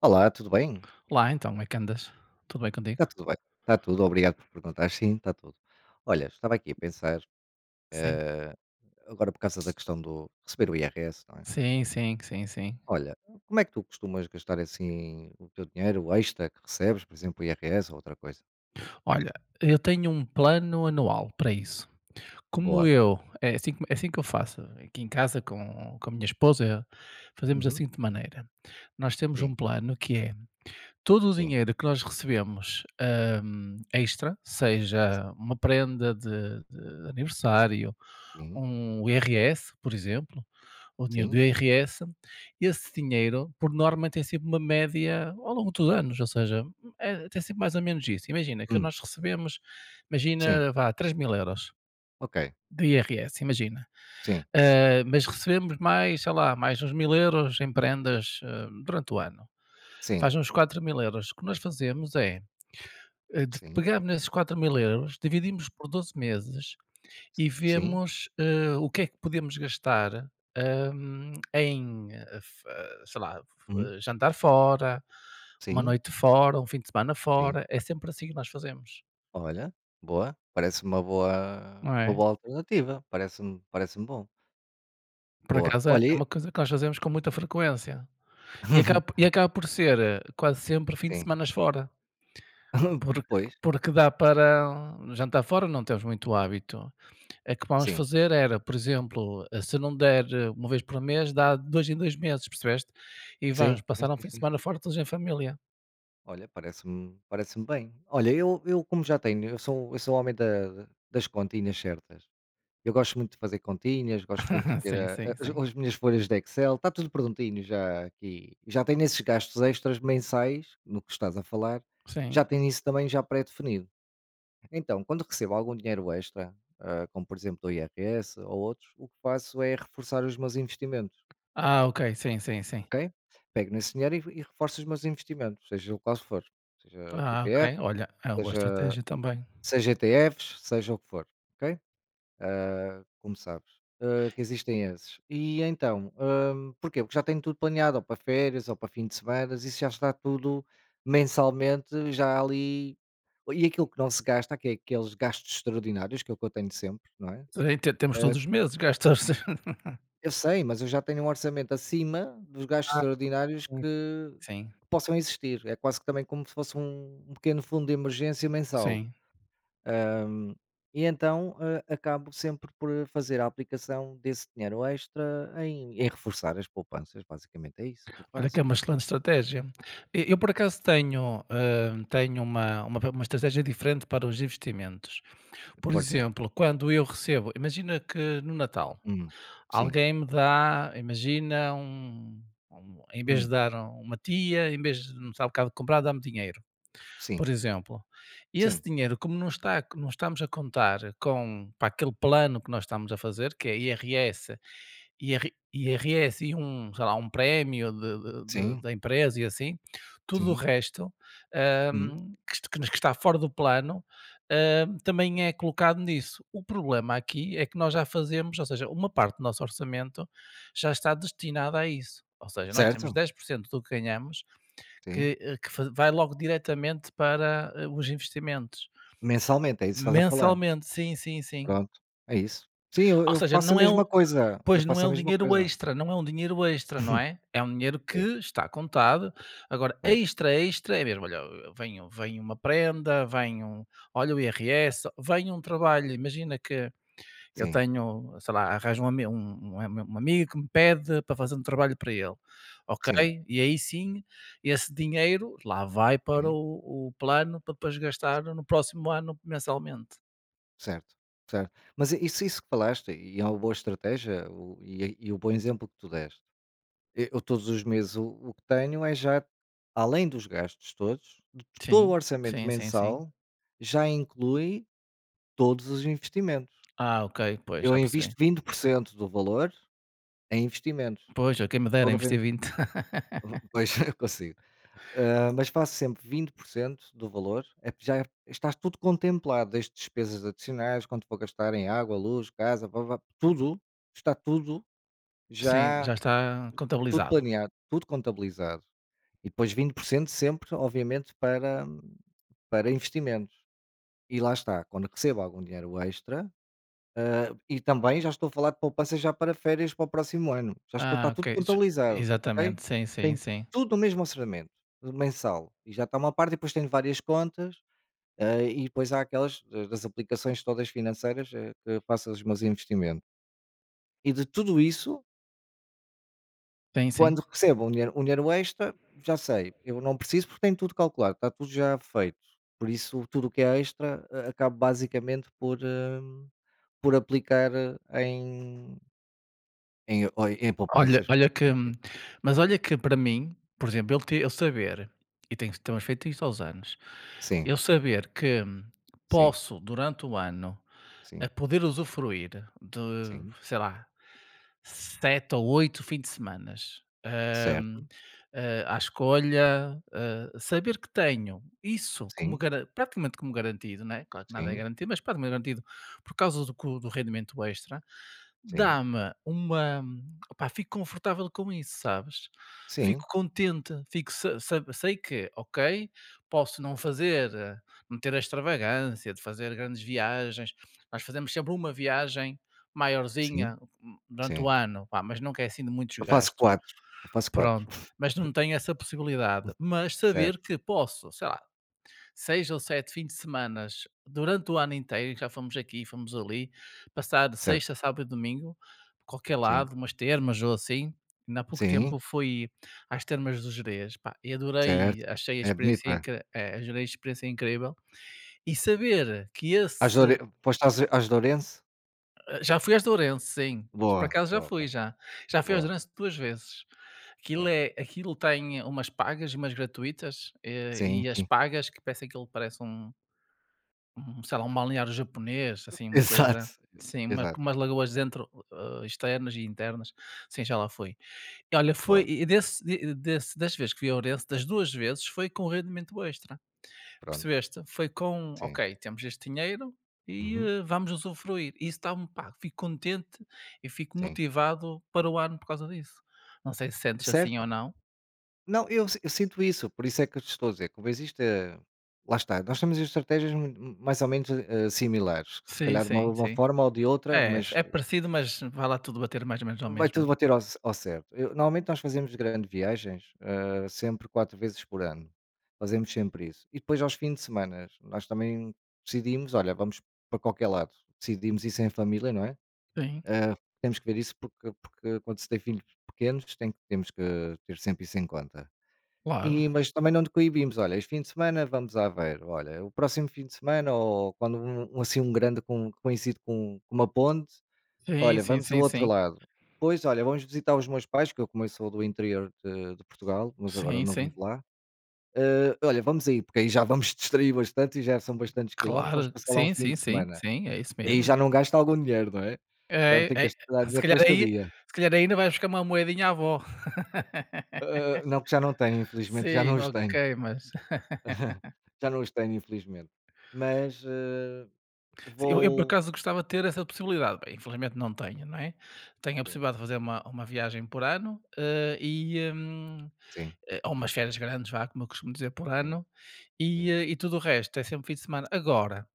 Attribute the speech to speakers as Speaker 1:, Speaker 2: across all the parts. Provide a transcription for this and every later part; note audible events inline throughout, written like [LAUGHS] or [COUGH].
Speaker 1: Olá, tudo bem?
Speaker 2: Olá, então, como é que andas? Tudo bem contigo?
Speaker 1: Está tudo bem. Está tudo, obrigado por perguntar. Sim, está tudo. Olha, estava aqui a pensar,
Speaker 2: Sim.
Speaker 1: eh, agora por causa da questão do receber o IRS, não é?
Speaker 2: Sim, sim, sim, sim.
Speaker 1: Olha, como é que tu costumas gastar assim o teu dinheiro, o extra que recebes, por exemplo, o IRS ou outra coisa?
Speaker 2: Olha, eu tenho um plano anual para isso. Como
Speaker 1: Boa.
Speaker 2: eu, é assim, é assim que eu faço aqui em casa com a minha esposa, fazemos
Speaker 1: Uhum.
Speaker 2: assim de maneira. Nós temos um
Speaker 1: Sim,
Speaker 2: plano que é: todo o
Speaker 1: sim,
Speaker 2: dinheiro que nós recebemos, extra, seja uma prenda de aniversário,
Speaker 1: sim,
Speaker 2: um IRS, por exemplo, o dinheiro do
Speaker 1: sim.
Speaker 2: IRS, esse dinheiro, por norma, tem sempre uma média ao longo dos anos, ou seja, tem sempre mais ou menos isso. Imagina que
Speaker 1: Hum,
Speaker 2: nós recebemos,
Speaker 1: sim,
Speaker 2: imagina, vá, 3.000 €
Speaker 1: ok.
Speaker 2: de IRS, imagina.
Speaker 1: Sim,
Speaker 2: Mas recebemos mais, sei lá, mais uns 1.000 € em prendas, durante o ano.
Speaker 1: sim,
Speaker 2: Faz uns 4.000 €. O que nós fazemos é, eh, de
Speaker 1: sim,
Speaker 2: pegamos nesses 4.000 euros, dividimos por 12 meses e
Speaker 1: sim,
Speaker 2: vemos, o que é que podemos gastar, em, sei lá,
Speaker 1: uhum,
Speaker 2: jantar fora, uma
Speaker 1: sim,
Speaker 2: noite fora, um fim de semana
Speaker 1: sim.
Speaker 2: fora. É sempre assim que nós fazemos,
Speaker 1: Olha, boa. Parece
Speaker 2: não
Speaker 1: uma
Speaker 2: é?
Speaker 1: boa alternativa. Parece-me bom.
Speaker 2: Por
Speaker 1: Boa.
Speaker 2: acaso é
Speaker 1: Olha,
Speaker 2: uma coisa que nós fazemos com muita frequência. E acaba
Speaker 1: [LAUGHS]
Speaker 2: e acaba por ser, quase sempre fim de
Speaker 1: Sim.
Speaker 2: semanas fora,
Speaker 1: [LAUGHS]
Speaker 2: porque
Speaker 1: Pois,
Speaker 2: dá para jantar fora não temos muito hábito. A que vamos
Speaker 1: sim.
Speaker 2: fazer era, por exemplo, se não der uma vez por mês, dá 2 em 2 meses, percebeste? E vamos
Speaker 1: Sim, sim,
Speaker 2: passar um
Speaker 1: sim,
Speaker 2: fim de
Speaker 1: sim,
Speaker 2: semana
Speaker 1: sim.
Speaker 2: fora todos em família.
Speaker 1: Olha, parece bem. Olha, eu como já tenho eu sou homem da das continhas certas. Eu gosto muito de fazer continhas, gosto muito de
Speaker 2: [LAUGHS]
Speaker 1: ter
Speaker 2: Sim,
Speaker 1: a
Speaker 2: sim,
Speaker 1: as
Speaker 2: sim.
Speaker 1: as minhas folhas de Excel, está tudo prontinho já aqui. Já tenho esses gastos extras mensais, no que estás a falar, já
Speaker 2: Sim.
Speaker 1: tenho isso também já pré-definido. Então, quando recebo algum dinheiro extra, como por exemplo do IRS ou outros, o que faço é reforçar os meus investimentos.
Speaker 2: Ah, ok. Sim, sim, sim.
Speaker 1: Ok? Pego nesse dinheiro e reforço os meus investimentos, seja o qual for, seja
Speaker 2: Ah,
Speaker 1: PPR,
Speaker 2: ok. Olha, é uma boa
Speaker 1: seja
Speaker 2: estratégia também.
Speaker 1: seja ETFs, seja o que for, ok? Como sabes, que existem esses. E então, porquê? Porque já tenho tudo planeado, ou para férias, ou para fim de semana, isso já está tudo mensalmente, já ali. E aquilo que não se gasta, que é aqueles gastos extraordinários, que é o que eu tenho sempre, não é?
Speaker 2: Sim, te temos todos
Speaker 1: Eh,
Speaker 2: os meses, gastar [LAUGHS]
Speaker 1: Eu sei, mas eu já tenho um orçamento acima dos gastos extraordinários
Speaker 2: Sim,
Speaker 1: que
Speaker 2: sim.
Speaker 1: possam existir. É quase que também como se fosse um pequeno fundo de emergência mensal.
Speaker 2: Sim,
Speaker 1: Hum, e então, acabo sempre por fazer a aplicação desse dinheiro extra em reforçar as poupanças, basicamente é isso que eu
Speaker 2: olha que
Speaker 1: faço.
Speaker 2: é uma excelente estratégia. E eu por acaso tenho, hã,
Speaker 1: Sim,
Speaker 2: tenho uma estratégia diferente para os investimentos. Por
Speaker 1: força.
Speaker 2: exemplo, quando eu recebo imagina que no Natal,
Speaker 1: Hum, sim,
Speaker 2: alguém me dá, imagina, um em vez de
Speaker 1: hum,
Speaker 2: dar uma tia, em vez de me dar que há de comprar, dá-me dinheiro.
Speaker 1: sim,
Speaker 2: Por exemplo, esse
Speaker 1: sim,
Speaker 2: dinheiro, como não estamos a contar com para aquele plano que nós estamos a fazer, que é IRS, IR IRS e um, sei lá, um prémio de
Speaker 1: sim,
Speaker 2: da empresa e assim, tudo o
Speaker 1: sim,
Speaker 2: resto,
Speaker 1: hum,
Speaker 2: que está fora do plano, também é colocado nisso. O problema aqui é que nós já fazemos, ou seja, uma parte do nosso orçamento já está destinada a isso, ou seja, nós temos
Speaker 1: certo,
Speaker 2: 10% do que ganhamos
Speaker 1: sim.
Speaker 2: que, eh, que fa vai logo diretamente para, os investimentos.
Speaker 1: Mensalmente, é isso que estás a falar.
Speaker 2: Mensalmente, sim, sim, sim.
Speaker 1: Pronto, é isso. Sim, eu
Speaker 2: Ou
Speaker 1: eu
Speaker 2: seja,
Speaker 1: faço a
Speaker 2: não é um
Speaker 1: mesma coisa, eu
Speaker 2: pois, não é
Speaker 1: faço a
Speaker 2: um
Speaker 1: mesma
Speaker 2: dinheiro
Speaker 1: coisa.
Speaker 2: extra, não é um dinheiro extra, não
Speaker 1: [LAUGHS]
Speaker 2: é? É um dinheiro que
Speaker 1: Sim,
Speaker 2: está contado. Agora
Speaker 1: certo,
Speaker 2: extra, extra é mesmo, olha, vem uma prenda, vem um olha o IRS, vem um trabalho, imagina que eu
Speaker 1: sim,
Speaker 2: tenho, sei lá, arranjo um ami um um é, um amigo que me pede para fazer um trabalho para ele, ok,
Speaker 1: sim,
Speaker 2: e aí sim esse dinheiro lá vai para
Speaker 1: sim,
Speaker 2: o plano para depois gastar no próximo ano mensalmente.
Speaker 1: certo, certo. Mas isso que falaste, e é uma boa estratégia, e o bom exemplo que tu deste. E eu todos os meses o que tenho é já, além dos gastos todos, de todo o
Speaker 2: Sim,
Speaker 1: orçamento
Speaker 2: sim, sim, sim.
Speaker 1: mensal, já inclui todos os investimentos.
Speaker 2: Ah, ok, pois,
Speaker 1: Eu
Speaker 2: já percebi.
Speaker 1: invisto 20% do valor em investimentos,
Speaker 2: Pois, quem me dera
Speaker 1: todo o
Speaker 2: investir
Speaker 1: re
Speaker 2: 20.
Speaker 1: [LAUGHS]
Speaker 2: [LAUGHS]
Speaker 1: pois, eu consigo. Ah, mas faço sempre 20% do valor, é porque já estás tudo contemplado, desde despesas adicionais, quanto vou gastar em água, luz, casa, vá, vá, tudo, está tudo
Speaker 2: Sim,
Speaker 1: já,
Speaker 2: já está
Speaker 1: tudo
Speaker 2: contabilizado.
Speaker 1: planeado, tudo contabilizado. E depois 20% sempre, obviamente, para investimentos. E lá está, quando recebo algum dinheiro extra, e também já estou a falar de poupança já para férias para o próximo ano. Já estou, está
Speaker 2: Ah, ok,
Speaker 1: tudo
Speaker 2: j
Speaker 1: contabilizado, ok?
Speaker 2: exatamente, sim, sim,
Speaker 1: Tem
Speaker 2: sim.
Speaker 1: tudo o mesmo orçamento mensal. E já está uma parte, e depois tenho várias contas. E depois há aquelas das aplicações todas financeiras, que faço os meus investimentos. E de tudo isso,
Speaker 2: Sim, sim.
Speaker 1: quando recebo um dinheiro extra, já sei, eu não preciso porque tenho tudo calculado, está tudo já feito. Por isso, tudo o que é extra, acabo basicamente por aplicar em, ou em
Speaker 2: Olha
Speaker 1: poupanças.
Speaker 2: olha que olha que para mim, por exemplo, eu saber, e tenho temos feito isto aos anos,
Speaker 1: Sim,
Speaker 2: eu saber que
Speaker 1: sim,
Speaker 2: posso durante o ano,
Speaker 1: sim,
Speaker 2: a poder usufruir de,
Speaker 1: sim,
Speaker 2: sei lá, 7 ou 8 fins de semanas, hum,
Speaker 1: certo,
Speaker 2: à escolha, saber que tenho isso como
Speaker 1: sim,
Speaker 2: garan praticamente como garantido, não é, claro que nada é
Speaker 1: sim,
Speaker 2: garantido, mas praticamente garantido por causa do co do rendimento extra.
Speaker 1: sim,
Speaker 2: Dá-me uma opá, fico confortável com isso, sabes? Fico
Speaker 1: sim,
Speaker 2: contente, fico se se sei que, ok, posso não fazer não ter a extravagância de fazer grandes viagens. Nós fazemos sempre uma viagem
Speaker 1: sim,
Speaker 2: maiorzinha durante o
Speaker 1: sim.
Speaker 2: ano, pá, mas não é assim de muitos
Speaker 1: Eu faço
Speaker 2: gastos.
Speaker 1: quatro, eu faço quatro,
Speaker 2: Pronto,
Speaker 1: [LAUGHS]
Speaker 2: mas não tenho essa possibilidade, mas
Speaker 1: certo,
Speaker 2: saber que posso, sei lá 6 ou 7 fins de semanas durante o ano inteiro, já fomos aqui, fomos ali, passar de
Speaker 1: certo.
Speaker 2: sexta, sábado e domingo, qualquer
Speaker 1: Sim,
Speaker 2: lado, umas termas ou assim. Ainda há pouco tempo
Speaker 1: sim,
Speaker 2: fui às termas do Gerês, pá, e adorei,
Speaker 1: certo.
Speaker 2: achei a
Speaker 1: É bonito,
Speaker 2: experiência
Speaker 1: não é?
Speaker 2: incri eh, adorei a experiência incrível. E saber que
Speaker 1: Às Lore
Speaker 2: esse
Speaker 1: foste às Lourenço?
Speaker 2: já fui às de sim, por
Speaker 1: Boa,
Speaker 2: acaso já
Speaker 1: boa,
Speaker 2: fui
Speaker 1: bo
Speaker 2: já. Já fui às
Speaker 1: boa,
Speaker 2: de 2 vezes. Aquilo
Speaker 1: boa.
Speaker 2: é aquilo tem umas pagas e umas gratuitas,
Speaker 1: Sim,
Speaker 2: e as
Speaker 1: sim.
Speaker 2: pagas que parece aquilo parece um, sei lá, um balneário japonês,
Speaker 1: [LAUGHS]
Speaker 2: assim, uma
Speaker 1: Exato,
Speaker 2: coisa sim, uma com
Speaker 1: exato.
Speaker 2: umas lagoas dentro, externas e internas. Sim, já lá fui. E olha, foi
Speaker 1: Boa,
Speaker 2: e desse de desse das vezes que fui a Ourense, das 2 vezes foi com rendimento extra,
Speaker 1: pronto.
Speaker 2: percebeste? Foi com:
Speaker 1: Sim.
Speaker 2: "Ok, temos este dinheiro e,
Speaker 1: Uhum.
Speaker 2: vamos usufruir". E isso dá-me pá, fico contente e fico
Speaker 1: Sim.
Speaker 2: motivado para o ano por causa disso. Não sei se sentes assim ou
Speaker 1: Certo.
Speaker 2: não.
Speaker 1: Não, eu sinto isso, por isso é que eu te estou a dizer, como existe, lá está, nós temos estratégias mui mais ou menos, similares, se
Speaker 2: Sim,
Speaker 1: calhar de
Speaker 2: sim,
Speaker 1: uma
Speaker 2: sim.
Speaker 1: forma ou de outra,
Speaker 2: É,
Speaker 1: mas
Speaker 2: é parecido, mas vai lá tudo bater mais ou menos ao
Speaker 1: vai tudo
Speaker 2: mesmo.
Speaker 1: bater ao certo. Eu normalmente nós fazemos grandes viagens, sempre 4 vezes por ano. Fazemos sempre isso. E depois aos fins de semanas, nós também decidimos: "Olha, vamos para qualquer lado". Decidimos isso em família, não é?
Speaker 2: Sim,
Speaker 1: Hã, temos que ver isso porque quando se tem filhos pequenos temos que ter sempre isso em conta.
Speaker 2: claro.
Speaker 1: E mas também não decoibimos. "Olha, este fim de semana vamos a Aveiro. Olha, o próximo fim de semana" ou quando um assim um grande com coincide com uma ponte.
Speaker 2: Sim,
Speaker 1: Olha,
Speaker 2: sim,
Speaker 1: vamos ao
Speaker 2: sim,
Speaker 1: outro
Speaker 2: sim.
Speaker 1: lado. Pois, olha, vamos visitar os meus pais, que eu como eu sou do interior de Portugal, mas agora
Speaker 2: Sim,
Speaker 1: não
Speaker 2: sim.
Speaker 1: vivo lá. Olha, vamos aí, porque aí já vamos [LAUGHS] distrair bastante e já são bastantes quilómetros, vamos
Speaker 2: Claro.
Speaker 1: passar lá um
Speaker 2: Sim,
Speaker 1: fim
Speaker 2: sim,
Speaker 1: de
Speaker 2: sim,
Speaker 1: semana.
Speaker 2: sim, é isso
Speaker 1: E aí
Speaker 2: mesmo.
Speaker 1: já não gasta algum dinheiro, não é? Já não
Speaker 2: É,
Speaker 1: tenho que
Speaker 2: é,
Speaker 1: gastar
Speaker 2: se
Speaker 1: dinheiro com
Speaker 2: calhar
Speaker 1: a
Speaker 2: aí
Speaker 1: estadia.
Speaker 2: se calhar ainda vai buscar uma moedinha à avó. [LAUGHS]
Speaker 1: Não, que já não tenho, infelizmente, já não
Speaker 2: Sim,
Speaker 1: os
Speaker 2: ok,
Speaker 1: tenho.
Speaker 2: mas [LAUGHS]
Speaker 1: [LAUGHS] Já não os tenho, infelizmente. Mas,
Speaker 2: sim, eu por
Speaker 1: vou
Speaker 2: acaso gostava de ter essa possibilidade. Bem, infelizmente não tenho, não é? Tenho a
Speaker 1: sim,
Speaker 2: possibilidade de fazer uma viagem por ano,
Speaker 1: sim,
Speaker 2: ou umas férias grandes, vá, como eu costumo dizer, por
Speaker 1: sim,
Speaker 2: ano, e,
Speaker 1: sim,
Speaker 2: e tudo o resto é sempre fim de semana. Agora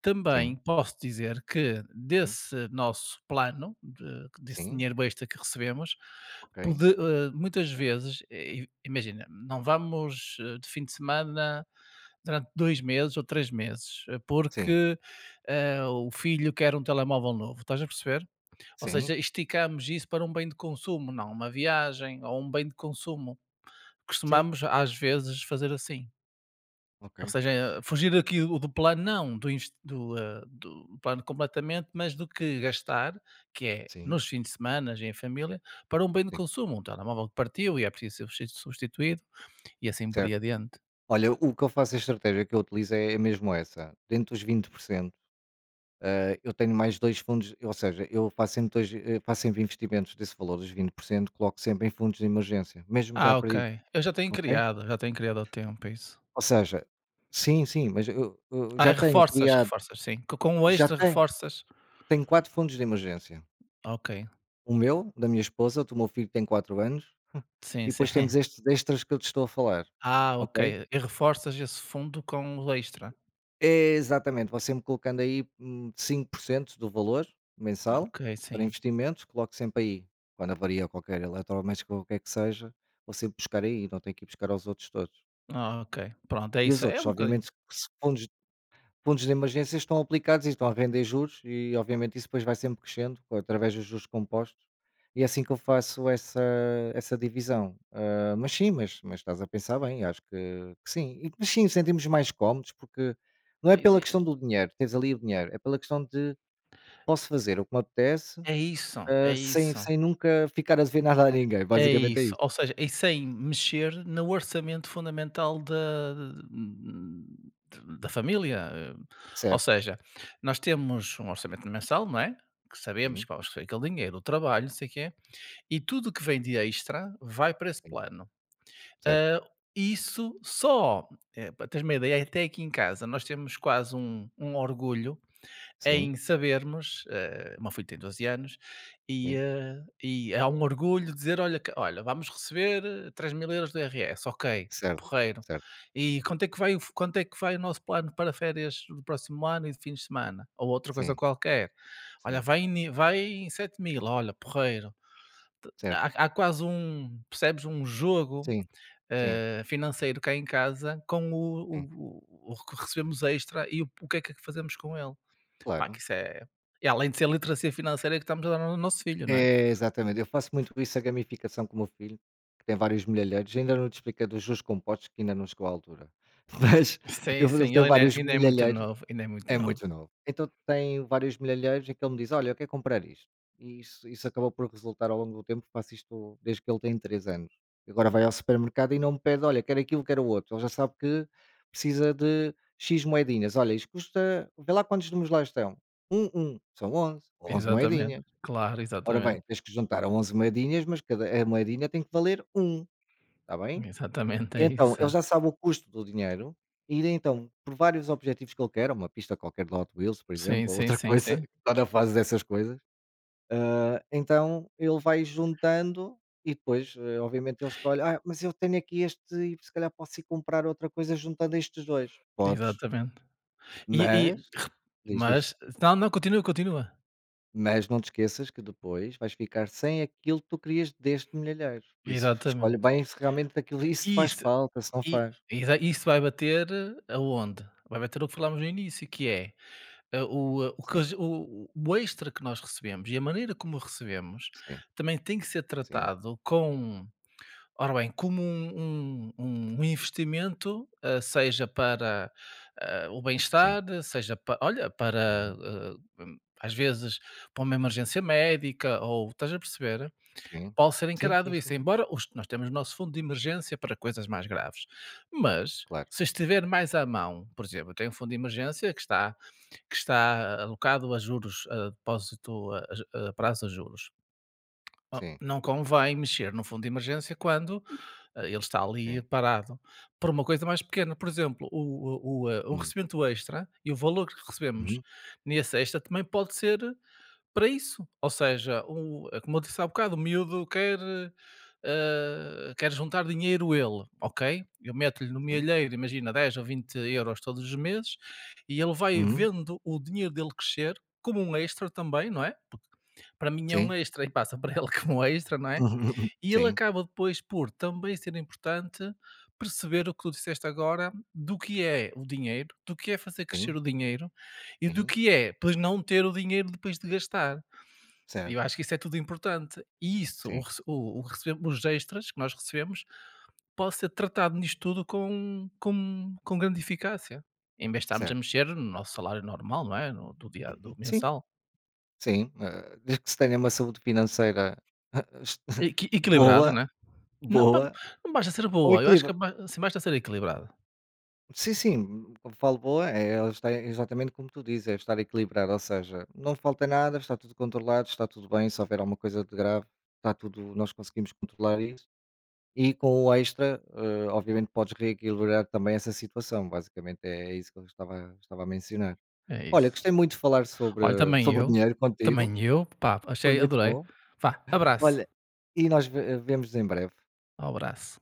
Speaker 2: também
Speaker 1: sim,
Speaker 2: posso dizer que
Speaker 1: sim,
Speaker 2: desse nosso plano, de desse
Speaker 1: sim,
Speaker 2: dinheiro extra que recebemos,
Speaker 1: ok,
Speaker 2: pode muitas vezes, imagina, não vamos, de fim de semana durante 2 meses ou 3 meses,
Speaker 1: sim,
Speaker 2: porque, o filho quer um telemóvel novo, estás a perceber? Ou
Speaker 1: sim,
Speaker 2: seja, esticamos isso para um bem de consumo, não uma viagem ou um bem de consumo.
Speaker 1: sim,
Speaker 2: Costumamos às vezes fazer assim.
Speaker 1: ok.
Speaker 2: Ou seja, fugir aqui do plano, não, do plano completamente, mas do que gastar, que é
Speaker 1: Sim,
Speaker 2: nos fins de semanas em família, para um bem de
Speaker 1: sim,
Speaker 2: consumo, um telemóvel que partiu e é preciso ser substituído e assim por aí
Speaker 1: certo.
Speaker 2: adiante.
Speaker 1: Olha, o que eu faço, a estratégia que eu utilizo é mesmo essa. Dentro dos 20%, eu tenho mais dois fundos, ou seja, eu faço sempre, dois, faço sempre investimentos desse valor dos 20%, coloco sempre em fundos de emergência, mesmo já
Speaker 2: Ah,
Speaker 1: para isso,
Speaker 2: ok. Eu
Speaker 1: ok?
Speaker 2: já tenho criado há tempo isso.
Speaker 1: Ou seja, sim, sim, mas eu
Speaker 2: Ah,
Speaker 1: já tenho
Speaker 2: reforças,
Speaker 1: criado,
Speaker 2: reforças, sim. Co com o
Speaker 1: já
Speaker 2: extra
Speaker 1: tenho,
Speaker 2: reforças.
Speaker 1: tenho quatro fundos de emergência.
Speaker 2: Ok.
Speaker 1: O meu, da minha esposa, o do meu filho que tem 4 anos,
Speaker 2: Sim,
Speaker 1: e
Speaker 2: sim.
Speaker 1: depois temos
Speaker 2: [LAUGHS]
Speaker 1: estes extras que eu te estou a falar,
Speaker 2: Ah,
Speaker 1: ok?
Speaker 2: ok. E reforças esse fundo com o extra.
Speaker 1: É, exatamente, vou sempre colocando aí, 5% do valor mensal
Speaker 2: Ok,
Speaker 1: para
Speaker 2: sim.
Speaker 1: investimentos, coloco sempre aí. Quando avaria qualquer eletrodoméstico ou o que é que seja, vou sempre buscar aí, não tenho que ir buscar aos outros todos.
Speaker 2: Ah, ok. Pronto, é
Speaker 1: E
Speaker 2: isso.
Speaker 1: os
Speaker 2: É
Speaker 1: outros,
Speaker 2: um bocadinho.
Speaker 1: obviamente, se fundos de emergência estão aplicados e estão a render juros e obviamente isso depois vai sempre crescendo através dos juros compostos e é assim que eu faço essa divisão. Ah, mas sim, mas estás a pensar bem, acho que sim. Mas sim, sentimos mais cómodos porque não
Speaker 2: É
Speaker 1: é pela
Speaker 2: é
Speaker 1: questão do dinheiro, tens ali o dinheiro, é pela questão de posso fazer o que me apetece,
Speaker 2: é isso, é
Speaker 1: ah,
Speaker 2: isso,
Speaker 1: sem nunca ficar a dever [LAUGHS] nada a ninguém,
Speaker 2: é
Speaker 1: basicamente é
Speaker 2: isso.
Speaker 1: isso.
Speaker 2: Ou seja, e sem mexer no orçamento fundamental da família. Ou
Speaker 1: Certo,
Speaker 2: seja, nós temos um orçamento mensal, não é? Que sabemos que
Speaker 1: sim,
Speaker 2: vamos receber aquele dinheiro, o trabalho, não sei o quê, e tudo o que vem de extra vai para esse
Speaker 1: sim,
Speaker 2: plano.
Speaker 1: certo,
Speaker 2: Ah, isso só, para teres uma ideia, até aqui em casa nós temos quase um orgulho é
Speaker 1: sim,
Speaker 2: em sabermos, o meu filho tem 12 anos, e,
Speaker 1: sim,
Speaker 2: e é um orgulho dizer: "Olha, que olha, vamos receber 3.000 € do IRS, ok,
Speaker 1: certo,
Speaker 2: porreiro.
Speaker 1: certo,
Speaker 2: E quanto é que vai o f quanto é que vai o nosso plano para férias do próximo ano e de fins de semana?" Ou outra coisa
Speaker 1: sim,
Speaker 2: qualquer. "Olha,
Speaker 1: sim,
Speaker 2: vai em 7.000 olha, porreiro."
Speaker 1: certo,
Speaker 2: Há quase um percebes? Um jogo,
Speaker 1: sim,
Speaker 2: financeiro cá em casa com o
Speaker 1: sim.
Speaker 2: o o o que recebemos extra e o que é que fazemos com ele. Pá, que
Speaker 1: Claro.
Speaker 2: isso é e além de ser literacia financeira que estamos a dar ao nosso filho, não é?
Speaker 1: É, exatamente. Eu faço muito isso, a gamificação com o meu filho, que tem vários milhalheiros. Ainda não te expliquei dos compostos, que ainda não chegou à altura. [LAUGHS] Mas
Speaker 2: Sim,
Speaker 1: eu, ele
Speaker 2: sim,
Speaker 1: tem
Speaker 2: ele ainda é
Speaker 1: vários
Speaker 2: muito
Speaker 1: milhalheiros.
Speaker 2: novo, ainda é muito
Speaker 1: É
Speaker 2: novo.
Speaker 1: muito novo. Então tem vários milhalheiros em que ele me diz, olha, eu quero comprar isto. E isso acabou por resultar ao longo do tempo. Faço isto desde que ele tem 3 anos. Agora vai ao supermercado e não me pede, olha, quero aquilo, quero o outro. Ele já sabe que precisa de X moedinhas. Olha, isto custa... Vê lá quantos números lá estão. Um, um. São 11. Onze
Speaker 2: Exatamente,
Speaker 1: moedinhas.
Speaker 2: claro,
Speaker 1: Ora
Speaker 2: exatamente.
Speaker 1: bem, tens que juntar a 11 moedinhas, mas cada a moedinha tem que valer um, está bem?
Speaker 2: Exatamente, é
Speaker 1: Então,
Speaker 2: isso. É.
Speaker 1: ele já sabe o custo do dinheiro e então, por vários objetivos que ele quer, uma pista qualquer de Hot Wheels, por
Speaker 2: Sim,
Speaker 1: exemplo, ou
Speaker 2: sim,
Speaker 1: outra [LAUGHS]
Speaker 2: sim,
Speaker 1: coisa,
Speaker 2: sim,
Speaker 1: que está na fase dessas coisas, então ele vai juntando e depois, obviamente ele escolhe: "Ah, mas eu tenho aqui este e se calhar posso ir comprar outra coisa juntando estes dois". Podes,
Speaker 2: exatamente. E e
Speaker 1: mas diz, diz.
Speaker 2: mas não, não, continua, continua.
Speaker 1: Mas não te esqueças que depois vais ficar sem aquilo que tu querias deste milheiro. Por isso, escolhe
Speaker 2: Exatamente.
Speaker 1: bem se realmente aquilo isso te
Speaker 2: E
Speaker 1: faz
Speaker 2: isso
Speaker 1: falta, se não
Speaker 2: e
Speaker 1: faz.
Speaker 2: exa isso vai bater aonde? Vai bater o que falámos no início, que é, ah, o eh, o que
Speaker 1: Sim,
Speaker 2: as o extra que nós recebemos e a maneira como o recebemos,
Speaker 1: sim,
Speaker 2: também tem que ser
Speaker 1: sim,
Speaker 2: tratado com ora bem, como um investimento, ah, seja para, ah, o
Speaker 1: sim.
Speaker 2: bem-estar, seja para olha, para,
Speaker 1: Uhum.
Speaker 2: ah, às vezes, para uma emergência médica ou estás a perceber?
Speaker 1: Sim.
Speaker 2: Pode ser
Speaker 1: Sim,
Speaker 2: encarado
Speaker 1: sim,
Speaker 2: isso,
Speaker 1: sim.
Speaker 2: embora os nós temos o nosso fundo de emergência para coisas mais graves, mas
Speaker 1: Claro.
Speaker 2: se estiver mais à mão, por exemplo, eu tenho um fundo de emergência que está alocado a juros, a depósito a prazo a juros. Não
Speaker 1: Sim,
Speaker 2: não convém mexer no fundo de emergência quando, ah, ele está ali
Speaker 1: sim.
Speaker 2: parado, por uma coisa mais pequena, por exemplo, o
Speaker 1: Hum.
Speaker 2: recebimento extra e o valor que recebemos
Speaker 1: Uhum.
Speaker 2: nesse extra também pode ser para isso, ou seja, como eu disse há bocado, o miúdo quer, quer juntar dinheiro ele, ok, eu meto-lhe no
Speaker 1: Sim.
Speaker 2: milheiro, imagina 10 ou 20 euros todos os meses, e ele vai
Speaker 1: Uhum.
Speaker 2: vendo o dinheiro dele crescer, como um extra também, não é, porque para mim é um
Speaker 1: Sim.
Speaker 2: extra e passa para ele [LAUGHS] como um extra, não é,
Speaker 1: [LAUGHS]
Speaker 2: e ele
Speaker 1: Sim,
Speaker 2: acaba depois por também ser importante perceber o que tu disseste agora, do que é o dinheiro, do que é fazer crescer
Speaker 1: sim,
Speaker 2: o dinheiro e do
Speaker 1: sim.
Speaker 2: que é, pois, não ter o dinheiro depois de gastar. Eu
Speaker 1: Certo.
Speaker 2: acho que isso é tudo importante. E isso, o
Speaker 1: Sim,
Speaker 2: rece- o recebe- os extras que nós recebemos, pode ser tratado nisto tudo com grande eficácia. Em vez de estarmos a
Speaker 1: certo.
Speaker 2: mexer no nosso salário normal, não é? Do dia do
Speaker 1: Sim,
Speaker 2: mensal.
Speaker 1: sim. Ah, desde que se tenha uma saúde financeira [LAUGHS]
Speaker 2: Equilibrada,
Speaker 1: boa,
Speaker 2: né? Não, pa
Speaker 1: boa,
Speaker 2: não basta ser
Speaker 1: ao
Speaker 2: boa, eu acho que
Speaker 1: equilíbrio.
Speaker 2: é ba assim, basta ser equilibrada.
Speaker 1: Sim, sim, como falo boa é ela está exatamente como tu dizes, é estar equilibrado, ou seja, não falta nada, está tudo controlado, está tudo bem, se houver alguma coisa de grave, está tudo, nós conseguimos controlar isso. E com o extra, obviamente podes reequilibrar também essa situação, basicamente é isso que estava a mencionar.
Speaker 2: É
Speaker 1: Olha,
Speaker 2: isso.
Speaker 1: gostei muito de falar
Speaker 2: Olha,
Speaker 1: sobre dinheiro contigo,
Speaker 2: também eu, pá,
Speaker 1: foi
Speaker 2: achei
Speaker 1: muito
Speaker 2: adorei.
Speaker 1: bom.
Speaker 2: Vá, abraço.
Speaker 1: Olha, e nós vemos em breve.
Speaker 2: Abraço.